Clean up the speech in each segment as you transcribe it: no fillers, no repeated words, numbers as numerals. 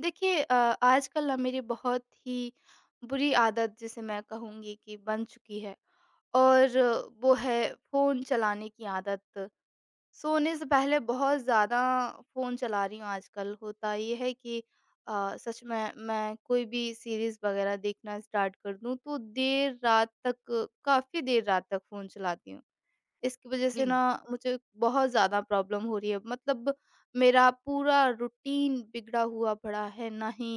देखिए, आजकल ना मेरी बहुत ही बुरी आदत जिसे मैं कहूँगी कि बन चुकी है और वो है फ़ोन चलाने की आदत। सोने से पहले बहुत ज़्यादा फ़ोन चला रही हूँ आजकल। होता ये है कि सच में मैं कोई भी सीरीज़ वग़ैरह देखना स्टार्ट कर दूँ तो देर रात तक काफ़ी देर रात तक फ़ोन चलाती हूँ। इसकी वजह से ना जी, मुझे बहुत ज़्यादा प्रॉब्लम हो रही है। मतलब मेरा पूरा रूटीन बिगड़ा हुआ पड़ा है, ना ही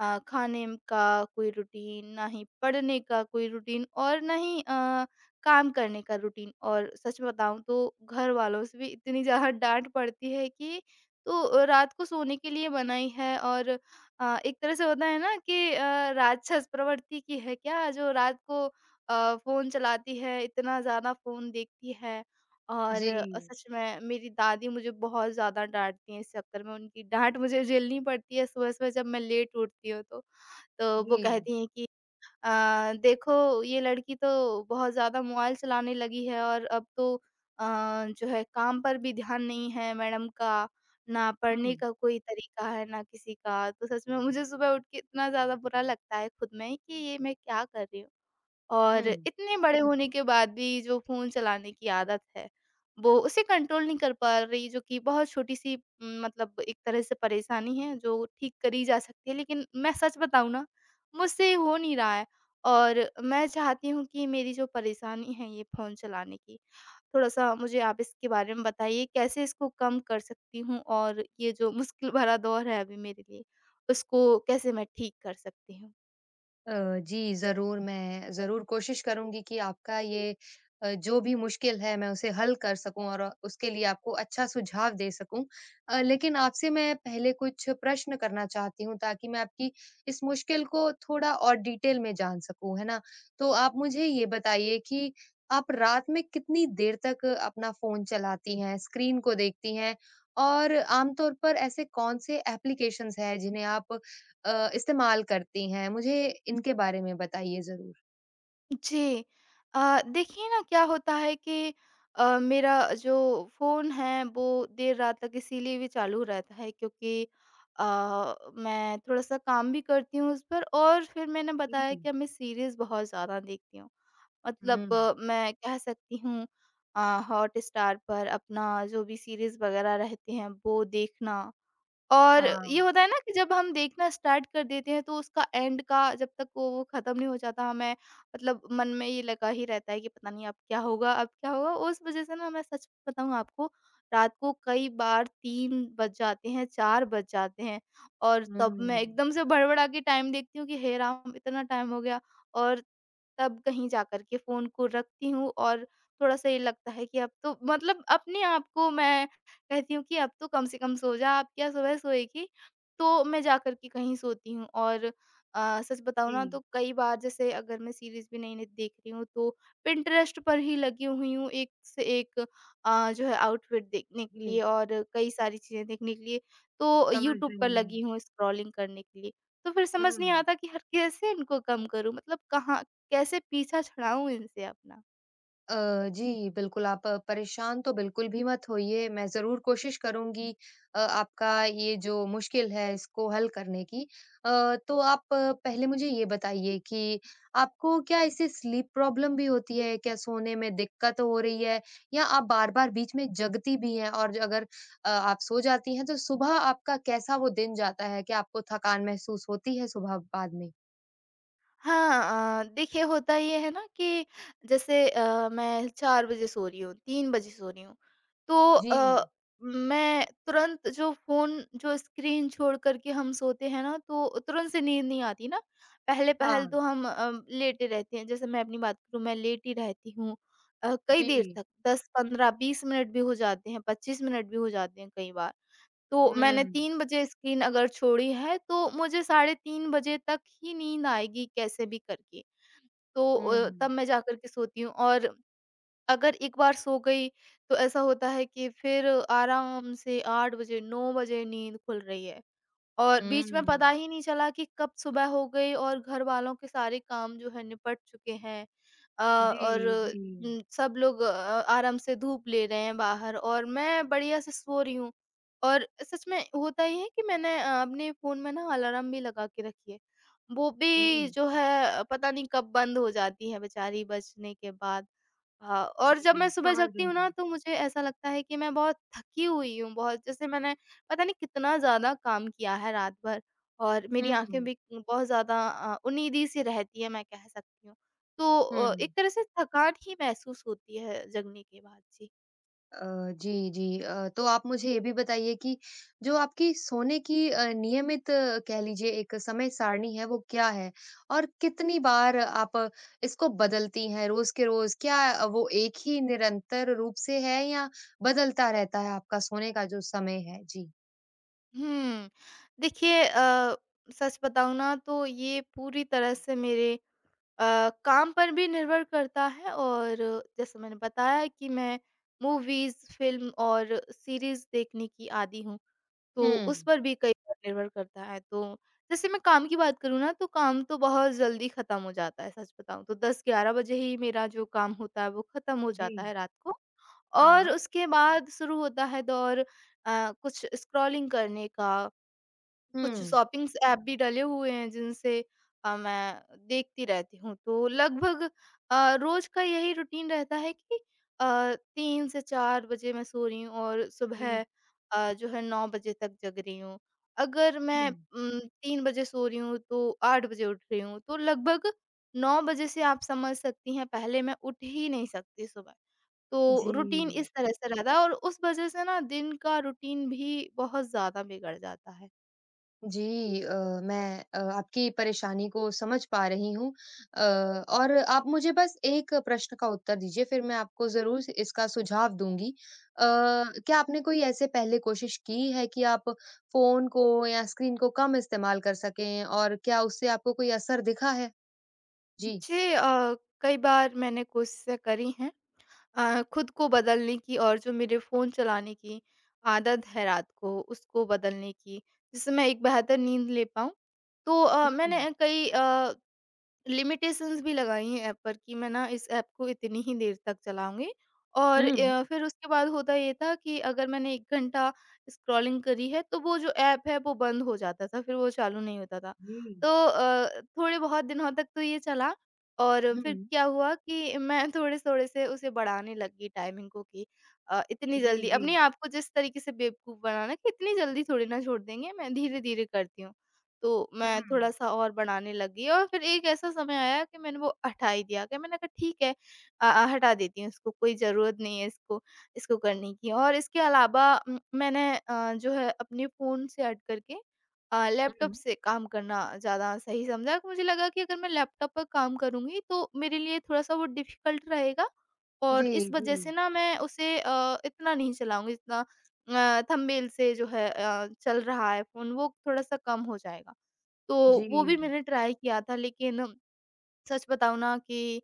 खाने का कोई रूटीन, ना ही पढ़ने का कोई रूटीन और ना ही काम करने का रूटीन। और सच बताऊं तो घर वालों से भी इतनी ज़्यादा डांट पड़ती है कि तो रात को सोने के लिए बनाई है। और एक तरह से होता है ना कि राक्षस प्रवृत्ति की है क्या जो रात को फ़ोन चलाती है, इतना ज़्यादा फ़ोन देखती है। और जी, अ, सच में मेरी दादी मुझे बहुत ज़्यादा डाँटती हैं इस चक्कर में, उनकी डाँट मुझे झेलनी पड़ती है सुबह-सुबह जब मैं लेट उठती हूँ तो। तो वो जी। कहती हैं कि "देखो ये लड़की तो बहुत ज़्यादा मोबाइल चलाने लगी है और अब तो अ, जो है काम पर भी ध्यान नहीं है मैडम का, ना पढ़ने हुँ, का कोई तरीका है, ना किसी का।" तो सच में मुझे सुबह उठ के इतना ज़्यादा बुरा लगता है खुद में ही कि ये मैं क्या कर रही हूँ। और हुँ। इतने बड़े होने के बाद भी जो फ़ोन चलाने की आदत है, वो उसे कंट्रोल नहीं कर पा रही, जो कि बहुत छोटी-सी, मतलब एक तरह से परेशानी है, जो ठीक करी जा सकती है। लेकिन मैं सच बताऊँ ना, मुझसे हो नहीं रहा है और मैं चाहती हूँ कि मेरी जो परेशानी है ये फ़ोन चलाने की, थोड़ा-सा मुझे आप इसके बारे में बताइए, कैसे इसको कम कर सकती हूँ और ये जो मुश्किल भरा दौर है अभी मेरे लिए, उसको कैसे मैं ठीक कर सकती हूँ? अ, जी, ज़रूर, मैं ज़रूर कोशिश करूँगी कि आपका ये जो भी मुश्किल है, मैं उसे हल कर सकूँ और उसके लिए आपको अच्छा सुझाव दे सकूँ। लेकिन आपसे मैं पहले कुछ प्रश्न करना चाहती हूँ, ताकि मैं आपकी इस मुश्किल को थोड़ा और डिटेल में जान सकूँ, है ना? तो आप मुझे ये बताइए कि आप रात में कितनी देर तक अपना फ़ोन चलाती हैं, स्क्रीन को देखती हैं? और आम तौर पर ऐसे कौन से एप्लीकेशंस हैं, जिन्हें आप इस्तेमाल करती हैं? मुझे इनके बारे में बताइए ज़रूर। जी। देखिए ना क्या होता है कि मेरा जो फ़ोन है वो देर रात तक इसीलिए भी चालू रहता है क्योंकि अ, मैं थोड़ा-सा काम भी करती हूँ उस पर और फिर मैंने जी। बताया कि मैं सीरीज़ बहुत ज़्यादा देखती हूँ। हुँ। मतलब, मैं कह सकती हूँ अ, हॉटस्टार पर अपना जो भी सीरीज़ वग़ैरह रहते हैं वो देखना। और ये हाँ। होता है ना कि जब हम देखना स्टार्ट कर देते हैं तो उसका एंड का जब तक वो खत्म नहीं हो जाता हमें, मतलब मन में ये लगा ही रहता है कि पता नहीं अब क्या होगा, अब क्या होगा। उस वजह से ना मैं सच बताऊं आपको रात को कई बार तीन बज जाते हैं, चार बज जाते हैं और तब मैं हुँ। एकदम से भड़बड़ा के टाइम देखती हूँ कि हे राम इतना टाइम हो गया। और तब कहीं जाकर के फ़ोन को रखती हूँ और थोड़ा-सा ये लगता है कि अब तो, मतलब अपने आप को मैं कहती हूँ कि अब तो कम से कम सो जा, अब क्या सुबह सोएगी? तो मैं जाकर के कहीं सोती हूँ और, सच बताऊँ ना तो जी, कई बार जैसे अगर मैं सीरीज़ भी नई-नई देख रही हूँ तो पिंटरेस्ट पर ही लगी हुई हूँ एक से एक, जो है आउटफिट देखने के जी। लिए और कई सारी चीज़ें देखने के लिए, तो समझ यूट्यूब रही पर लगी हूँ। हूँ स्क्रॉलिंग करने के लिए। तो फिर समझ नहीं हुँ। आता कि हर कैसे इनको कम करूँ? मतलब कहाँ कैसे पीछा छुड़ाऊँ इनसे अपना? जी, बिल्कुल, आप परेशान तो बिल्कुल भी मत होइए, मैं ज़रूर कोशिश करूँगी आपका ये जो मुश्किल है, इसको हल करने की। तो आप पहले मुझे ये बताइए कि आपको क्या इससे स्लीप प्रॉब्लम भी होती है? क्या सोने में दिक्कत हो रही है? या आप बार-बार बीच में जगती भी हैं? और अगर आप सो जाती हैं, तो सुबह आपका कैसा वो दिन जाता है? क्या आपको थकान महसूस होती है सुबह बाद में? हाँ, देखिए होता ये है ना कि जैसे, मैं 4 बजे सो रही हूँ, 3 बजे सो रही हूँ, तो जी, मैं तुरंत जो फ़ोन जो स्क्रीन छोड़ कर के हम सोते हैं ना, तो तुरंत से नींद नहीं आती ना। पहले-पहल हाँ, तो हम, लेटे रहते हैं, जैसे मैं अपनी बात करूँ मैं लेटी रहती हूँ, कई देर जी। तक 10, 15, 20 मिनट भी हो जाते हैं, 25 मिनट भी हो जाते हैं कई बार। तो हुँ, मैंने 3 बजे स्क्रीन अगर छोड़ी है, तो मुझे साढ़े 3 बजे तक ही नींद आएगी कैसे भी करके। तो हुँ, तब मैं जाकर के सोती हूँ और अगर एक बार सो गई, तो ऐसा होता है कि फिर आराम से 8 बजे, 9 बजे नींद खुल रही है। और बीच में पता हुँ। ही नहीं चला कि कब सुबह हो गई और घरवालों के सारे काम जो है निपट चुके हैं। जी, और जी। उम, सब लोग, आराम से धूप ले रहे हैं बाहर और मैं बढ़िया से सो रही हूँ। और सच में होता ये है कि मैंने, अपने फ़ोन में ना अलार्म भी लगा के रखी है। वो भी हुँ, जो है पता नहीं कब बंद हो जाती है बेचारी बजने के बाद। हाँ, और जब मैं जी, सुबह समझ जगती रही हूँ ना हूँ। तो मुझे ऐसा लगता है कि मैं बहुत थकी हुई हूँ, बहुत, जैसे मैंने पता नहीं कितना ज़्यादा काम किया है रात भर। और मेरी आँखें हुँ, भी बहुत ज़्यादा, उन्नीदी सी रहती है मैं कह सकती हूँ। तो, एक हुँ। तरह से थकान ही महसूस होती है जगने के बाद। जी। जी, जी। तो आप मुझे ये भी बताइए कि जो आपकी सोने की नियमित कह लीजिए एक समय सारणी है, वो क्या है? और कितनी बार आप इसको बदलती हैं रोज़ के रोज़? क्या वो एक ही निरंतर रूप से है या बदलता रहता है आपका सोने का जो समय है? जी। हुँ। देखिए, सच बताऊँ ना तो ये पूरी तरह से मेरे, काम पर भी निर्भर करता है और जैसे मैंने बताया कि मैं मूवीज़, फ़िल्म और सीरीज़ देखने की आदी हूँ, तो उस हुँ। पर भी कई बार निर्भर करता है। तो जैसे मैं काम की बात करूँ ना, तो काम तो बहुत जल्दी ख़त्म हो जाता है, सच बताऊँ तो 10-11 बजे ही मेरा जो काम होता है, वो ख़त्म हो जाता जी, है रात को। और हाँ। उसके बाद शुरू होता है दौर, कुछ स्क्रॉलिंग करने का, कुछ हुँ। शॉपिंग्स ऐप भी डले हुए हैं जिनसे, मैं देखती रहती हूँ। तो लगभग, रोज़ का यही रूटीन रहता है कि, 3 से 4 बजे मैं सो रही हूँ और जी, सुबह, जो है 9 बजे तक जग रही हूँ। अगर मैं हुँ। उम, 3 बजे सो रही हूँ तो 8 बजे उठ रही हूँ, तो लगभग 9 बजे से आप समझ सकती हैं पहले मैं उठ ही नहीं सकती सुबह। तो जी। रूटीन इस तरह से रहता है और उस वज़ह से ना दिन का रूटीन भी बहुत ज़्यादा बिगड़ जाता है। जी। अ, मैं आपकी परेशानी को समझ पा रही हूँ और आप मुझे बस एक प्रश्न का उत्तर दीजिए फिर मैं आपको ज़रूर से इसका सुझाव दूँगी। अ, क्या आपने कोई ऐसे पहले कोशिश की है कि आप फ़ोन को या स्क्रीन को कम इस्तेमाल कर सकें और क्या उससे आपको कोई असर दिखा है? जी। जी, कई बार मैंने कोशिशें करी हैं, खुद को बदलने की और जो मेरे फ़ोन चलाने की आदत है रात को, उसको बदलने की, जिससे मैं एक बेहतर नींद ले पाऊँ। तो अ, हुँ। मैंने कई अ लिमिटेशंस भी लगाई हैं ऐप पर कि मैं ना इस ऐप को इतनी ही देर तक चलाऊँगी और हुँ। अ, फिर उसके बाद होता ये था कि अगर मैंने 1 घंटा स्क्रॉलिंग करी है, तो वो जो ऐप है वो बंद हो जाता था, फिर वो चालू नहीं होता था। जी। तो, थोड़े बहुत दिनों तक तो ये चला और फिर हुँ। क्या हुआ कि मैं थोड़े-थोड़े से उसे बढ़ाने लग गई टाइमिंग को कि, इतनी जी, जल्दी जी। अपने आप को जिस तरीके से बेवकूफ़ बनाना कि इतनी जल्दी थोड़ी ना छोड़ देंगे, मैं धीरे-धीरे करती हूँ। तो मैं हुँ, थोड़ा-सा और बनाने लगी और फिर एक ऐसा समय आया कि मैंने वो हटा ही दिया कि मैंने कहा ठीक है हटा देती हूँ इसको, कोई ज़रूरत नहीं है इसको इसको करने की। और इसके अलावा, मैंने, जो है अपने फ़ोन से हट करके, लैपटॉप हुँ। से काम करना ज़्यादा सही समझा। मुझे लगा कि अगर मैं लैपटॉप पर काम करूँगी तो मेरे लिए थोड़ा-सा वो डिफ़िकल्ट रहेगा और जी। इस जी, वजह से जी। ना मैं उसे, इतना नहीं चलाऊँगी, जितना, थंबनेल से जो है, चल रहा है फ़ोन वो थोड़ा-सा कम हो जाएगा। तो जी। वो भी मैंने ट्राई किया था लेकिन सच बताऊँ ना कि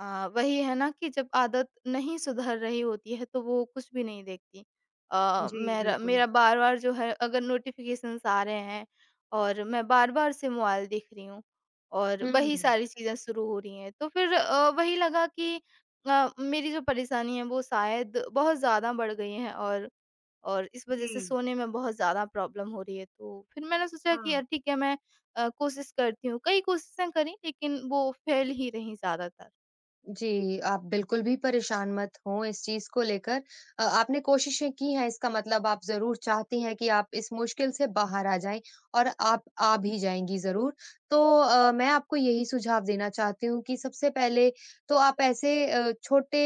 अ, वही है ना कि जब आदत नहीं सुधर रही होती है तो वो कुछ भी नहीं देखती। जी, मेरा बिल्कुल। मेरा बार-बार जो है, अगर नोटिफ़िकेशंस आ रहे हैं और मैं बार-बार से मोबाइल देख रही हूँ और वही हुँ। सारी चीज़ें शुरू हो रही हैं। तो फिर, वही लगा कि, मेरी जो परेशानी है वो शायद बहुत ज़्यादा बढ़ गई है और इस वज़ह से जी, सोने में बहुत ज़्यादा प्रॉब्लम हो रही है। तो फिर मैंने सोचा कि हाँ। यार ठीक है मैं, कोशिश करती हूँ। कई कोशिशें करी लेकिन वो फ़ेल ही रहीं ज़्यादातर। जी, आप बिल्कुल भी परेशान मत हों इस चीज़ को लेकर। आपने कोशिशें की हैं, इसका मतलब आप ज़रूर चाहती हैं कि आप इस मुश्किल से बाहर आ जाएँ और आप आ भी जाएँगी ज़रूर। तो मैं आपको यही सुझाव देना चाहती हूँ कि सबसे पहले तो आप ऐसे छोटे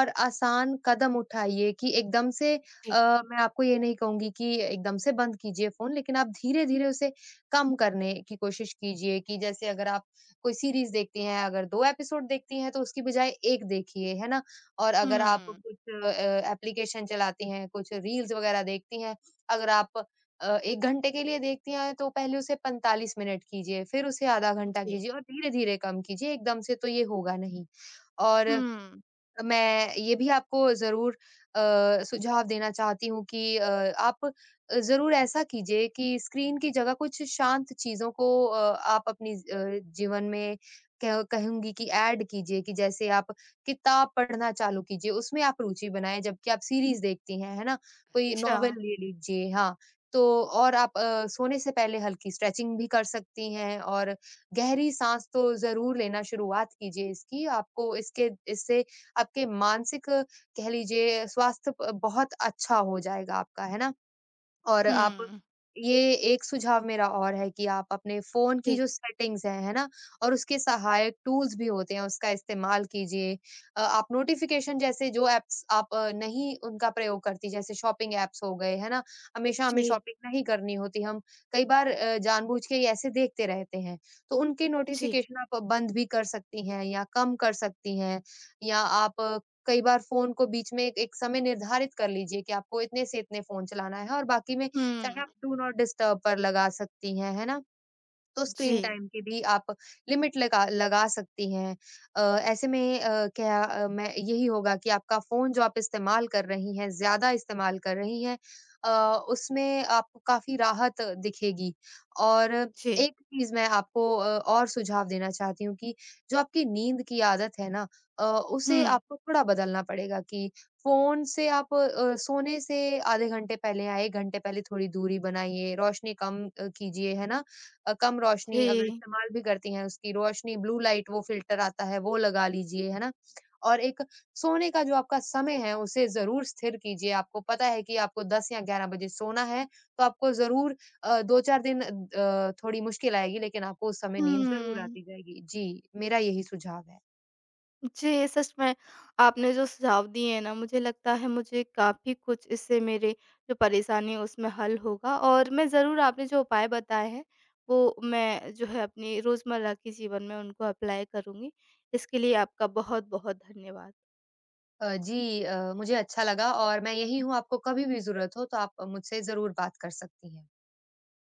और आसान कदम उठाइए कि एकदम से जी। मैं आपको ये नहीं कहूँगी कि एकदम से बंद कीजिए फ़ोन, लेकिन आप धीरे-धीरे उसे कम करने की कोशिश कीजिए कि जैसे अगर आप कोई सीरीज़ देखती हैं, अगर 2 एपिसोड देखती हैं, तो उसकी बजाय 1 देखिए, है ना? और अगर आप हुँ। कुछ एप्लीकेशन चलाती हैं, कुछ रील्स वगैरह देखती हैं, अगर आप 1 घंटे के लिए देखती हैं, तो पहले उसे 45 मिनट कीजिए, फिर उसे आधा घंटा जी। कीजिए और धीरे-धीरे कम कीजिए, एकदम से तो ये होगा नहीं। और हुँ। मैं ये भी आपको ज़रूर सुझाव देना चाहती हूँ कि आप ज़रूर ऐसा कीजिए कि स्क्रीन की जगह कुछ शांत चीज़ों को आप अपनी जीवन में कह कहूँगी कि ऐड कीजिए कि जैसे आप किताब पढ़ना चालू कीजिए, उसमें आप रुचि बनाएँ जबकि आप सीरीज़ देखती हैं, है ना? कोई अच्छा। नॉवल ले लीजिए हाँ, तो और आप सोने से पहले हल्की स्ट्रेचिंग भी कर सकती हैं और गहरी साँस तो ज़रूर लेना शुरुआत कीजिए इसकी, आपको इसके इससे आपके मानसिक कह लीजिए स्वास्थ्य प बहुत अच्छा हो जाएगा आपका, है ना? और आप हुँ। ये एक सुझाव मेरा और है कि आप अपने फ़ोन की जी, जो सेटिंग्स हैं, है ना? और उसके सहायक टूल्स भी होते हैं, उसका इस्तेमाल कीजिए। आप नोटिफ़िकेशन जैसे जो ऐप्स आप नहीं उनका प्रयोग करती, जैसे शॉपिंग ऐप्स हो गए, है ना? हमेशा हमें जी, शॉपिंग नहीं करनी होती, हम कई बार जानबूझ के ये ऐसे देखते रहते हैं, तो उनके जी। नोटिफ़िकेशन आप बंद भी कर सकती हैं या कम कर सकती हैं या आप कई बार फ़ोन को बीच में एक एक समय निर्धारित कर लीजिए कि आपको इतने से इतने फ़ोन चलाना है और बाकी में चाहे आप हुँ। डू नॉट डिस्टर्ब पर लगा सकती हैं, है ना? तो स्क्रीन जी, टाइम की भी आप लिमिट लगा लगा सकती हैं। अ, ऐसे में अ, क्या अ, मैं यही होगा कि आपका फ़ोन जो आप इस्तेमाल कर रही हैं, ज़्यादा इस्तेमाल कर रही हैं अ, उसमें आपको काफ़ी राहत दिखेगी। और जी। एक चीज़ मैं आपको और सुझाव देना चाहती हूँ कि जो आपकी नींद की आदत है ना उसे हुँ। आपको थोड़ा बदलना पड़ेगा कि फ़ोन से आप सोने से आधे घंटे पहले या 1 घंटे पहले थोड़ी दूरी बनाइए, रोशनी कम कीजिए, है ना? कम रोशनी अगर जी। इस्तेमाल भी करती हैं उसकी रोशनी ब्लू लाइट वो फ़िल्टर आता है वो लगा लीजिए, है ना? और एक सोने का जो आपका समय है उसे ज़रूर स्थिर कीजिए। आपको पता है कि आपको 10 या 11 बजे सोना है, तो आपको ज़रूर 2-4 दिन थोड़ी मुश्किल आएगी लेकिन आपको उस समय नींद ज़रूर हुँ। आती जाएगी। जी, मेरा यही सुझाव है। जी, सच में आपने जो सुझाव दिए हैं ना मुझे लगता है मुझे काफ़ी कुछ इससे मेरे जो परेशानी है उसमें हल होगा। और मैं ज़रूर आपने जो उपाय बताए हैं वो मैं जो है अपनी रोज़मर्रा के जीवन में उनको अप्लाई करूँगी। इसके लिए आपका बहुत-बहुत धन्यवाद। जी मुझे अच्छा लगा और मैं यहीं हूँ आपको कभी भी ज़रूरत हो तो आप मुझसे ज़रूर बात कर सकती हैं।